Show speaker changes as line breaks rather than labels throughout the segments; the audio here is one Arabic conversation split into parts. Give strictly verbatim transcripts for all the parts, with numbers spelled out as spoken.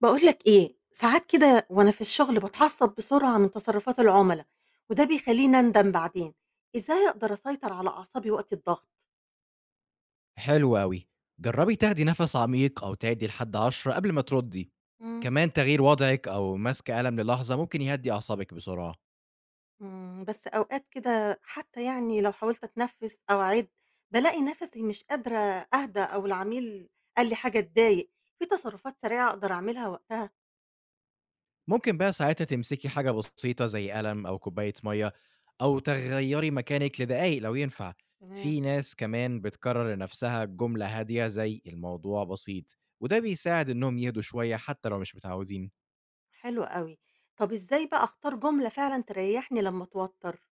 باقول لك إيه، ساعات كده وأنا في الشغل باتعصب بسرعة من تصرفات العملا، وده بيخلّيني أندم بعدين، إزاي أقدر أسيطر على أعصابي وقت الضغط؟
حلو أوي. جرّبي تاخدي نَفَس عميق أو تعدّي لحد عشرة قبل ما تردّي.
إمم،
كمان تغيير وضعِك أو مَسْك قلم للحظة ممكن يهدّي أعصابِك بسرعة.
إمم، بس أوقات كده حتى يعني لو حاولت أتنفس أو أعِد، بالاقي نَفَسي مش قادرة أهدى أو العميل قال لي حاجة تضايق، في تصرفات سريعة أقدر أعملها وقتها؟
ممكن بقى ساعتها تمسكي حاجة بسيطة زي قلم أو كوباية مَيّة أو تغيّري مكانِك لدقايق لو ينفع.
تمام.
في ناس كمان بتكرّر لنَفْسها جملة هادية زي الموضوع بسيط، وده
إمم،
بيساعد إنّهم يهدوا شوية حتّى لو مش متعوّدين.
حلو أوي، طب إزاي بقى أختار جملة فعلًا تريحني لمّا أتوتر؟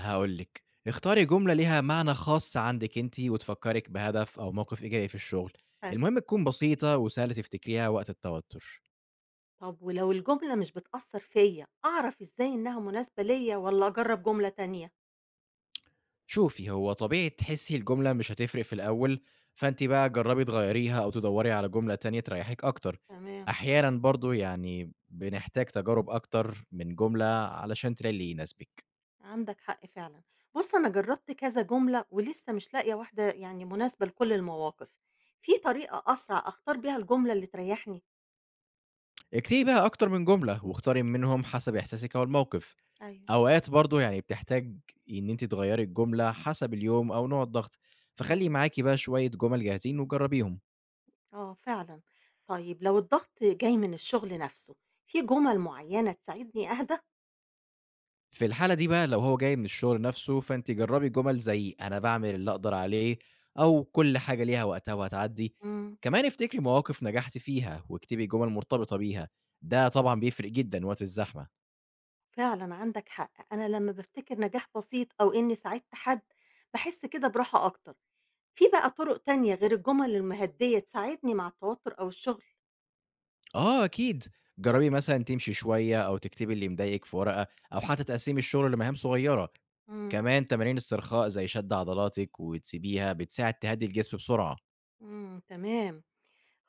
هاقول لِك، اختاري جملة ليها معنى خاص عندِك أنتِ وتفكّرِك بهدف أو موقف إيجابي في الشغل.
حلو.
المهم تكون بسيطة وسهلة تفتكريها وقت التوتر.
طب ولو الجملة مش بتأثّر فيّا، أعرف إزاي إنها مناسبة ليّا والّا أجرّب جملة تانية؟
شوفي، هو طبيعي تحسّي الجملة مش هتفرق في الأول، فأنتِ بقى جرّبي تغيّريها أو تدوّري على جملة تانية تريّحِك أكتر.
تمام.
أحيانًا برضه يعني بنحتاج تجارب أكتر من جملة علشان تلاقي اللي يناسبِك.
عندك حق فعلًا. بُص أنا جرّبت كذا جملة ولسه مش لاقية واحدة يعني مناسبة لكل المواقف. في طريقة أسرع أختار بيها الجملة اللي تريحني؟
اكتبي بقى أكتر من جملة واختاري منهم حسب إحساسِك أو الموقف.
أيوه.
أوقات برضه يعني بتحتاج إن أنتِ تغيّري الجملة حسب اليوم أو نوع الضغط، فخلّي
إمم،
معاكِ بقى شوية جُمل جاهزين وجرّبيهم.
آه فعلًا. طيب لو الضغط جاي من الشغل نفسه، في جُمل معيّنة تساعدني أهدى؟
في الحالة دي بقى لو هو جاي من الشغل نَفْسه، فأنتِ جرّبي جُمل زي أنا باعمل اللي أقدر عليه، أو كل حاجة ليها وقتها وهتعدّي.
إمم،
كمان افتكري مواقف نجحتِ فيها واكتبي جُمل مرتبطة بيها، ده طبعًا بيفرق جدًا وقت الزحمة.
فعلًا عندك حق. أنا لمّا بافتكر نجاح بسيط أو إنّي ساعدت حد، باحس كده براحة أكتر. في بقى طرق تانية غير الجمل المهدية تساعدني مع التوتر أو الشغل؟
آه أكيد، جرّبي مثلًا تمشي شوية أو تكتبي اللي مضايقِك في ورقة أو حتى تقسّمي الشغل لمهام صغيرة.
إمم،
كمان تمارين استرخاء زي شد عضلاتِك وتسيبيها بتساعد تهدّي الجسم بسرعة.
إمم، تمام.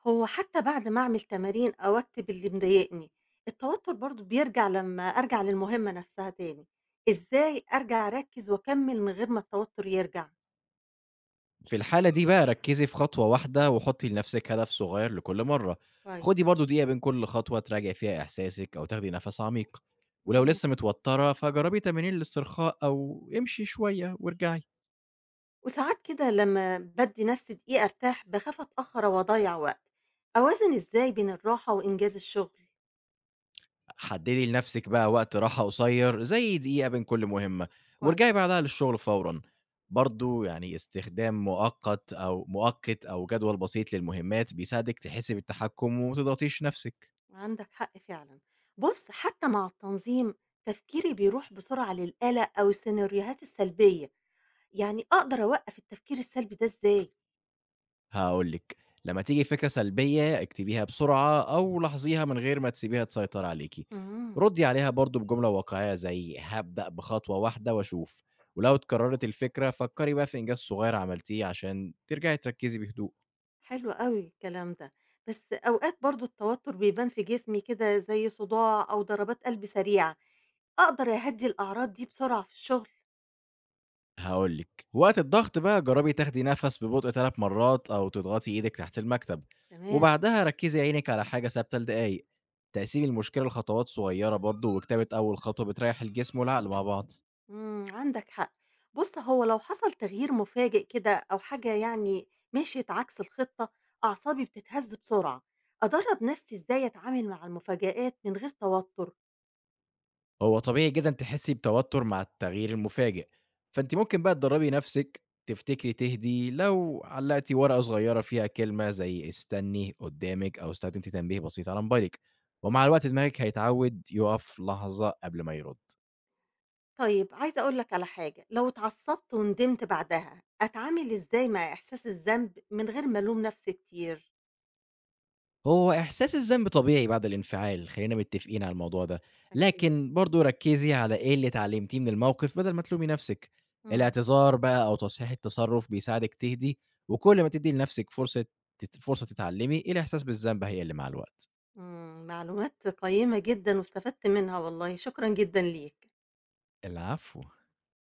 هو حتى بعد ما أعمل تمارين أو أكتب اللي مضايقني، التوتر برضه بيرجع لمّا أرجع للمهمة نفسها تاني. إزاي أرجع أركّز وأكمّل من غير ما التوتر يرجع؟
في الحالة دي بقى ركّزي في خطوة واحدة وحُطّي لنفسِك هدف صغير لكل مرّة.
كويس.
خُدي برضه دقيقة بين كل خطوة تراجعي فيها إحساسِك أو تاخدي نَفَس عميق، ولو
إمم.
لسه متوتّرة فجرّبي تمارين الاسترخاء أو امشي شوية وارجعي.
وساعات كده لمّا بادّي نفسي دقيقة أرتاح، باخاف أتأخّر أو أضيّع وقت. أوازن إزاي بين الراحة وإنجاز الشغل؟
حددي لنفسك بقى وقت راحة قصير زي دقيقة بين كل مهمة
كويس.
وارجعي بعدها للشغل فورا. برضو يعني استخدام مؤقت أو مؤقت أو جدول بسيط للمهمات بيساعدك تحسي بالتحكم ومتضغطيش نفسك.
عندك حق فعلا. بص حتى مع التنظيم تفكيري بيروح بسرعة للقلق أو السيناريوهات السلبية، يعني أقدر أوقف التفكير السلبي ده إزاي؟
هقولك، لما تيجي فكرة سلبية اكتبيها بسرعة أو لاحظيها من غير ما تسيبيها تسيطر عليكي.
امم
ردي عليها برضو بجملة واقعية زي هبدأ بخطوة واحدة وأشوف، ولو اتكررت الفكرة فكري بقى في إنجاز صغير عملتيه عشان ترجعي تركزي بهدوء.
حلو قوي الكلام ده، بس أوقات برضو التوتر بيبان في جسمي كده زي صداع أو ضربات قلب سريعة، أقدر أهدي الأعراض دي بسرعة في الشغل؟
هاقول لِك، وقت الضغط بقى جرّبي تاخدي نَفَس ببطء ثلاث مرّات أو تضغطي إيدِك تحت المكتب،
تمام.
وبعدها ركّزي عينِك على حاجة ثابتة لدقايق. تقسيم المشكلة لخطوات صغيّرة برضه وكتابة أول خطوة بتريّح الجسم والعقل مع بعض.
إمم، عندك حق. بُص، هو لو حصل تغيير مفاجئ كده أو حاجة يعني مشيت عكس الخطة، أعصابي بتتهز بسرعة. أدرّب نفسي إزاي أتعامل مع المفاجآت من غير توتر؟
هو طبيعي جدًا تحسّي بتوتُّر مع التغيير المفاجئ، فأنتِ ممكن بقى تدرّبي نَفْسِك تفتكري تهدي لو علّقتِ ورقة صغيّرة فيها كلمة زي استني قدّامِك أو استخدمتِ تنبيه بسيط على موبايلِك، ومع الوقت دماغِك هيتعوّد يُقف لحظة قبل ما يرُد.
طيب عايزة أقول لك على حاجة، لو اتعصبت وندمت بعدها، أتعامل إزاي مع إحساس الذنب من غير ما ألوم نفسي كتير؟
هو إحساس الذنب طبيعي بعد الانفعال، خلّينا متّفقين على الموضوع ده،
أكيد.
لكن برضه ركّزي على إيه اللي اتعلمتيه من الموقف بدل ما تلومي نَفْسِك.
إمم،
الاعتذار بقى أو تصحيح التصرُّف بيساعدِك تهدي، وكل ما تدّي لنَفْسِك فرصة تت فرصة تتعلمي، الإحساس بالذنب هيقِل مع الوقت.
إمم، معلومات قيّمة جدًا واستفدت منها والله، شكرًا جدًا ليك.
العفو.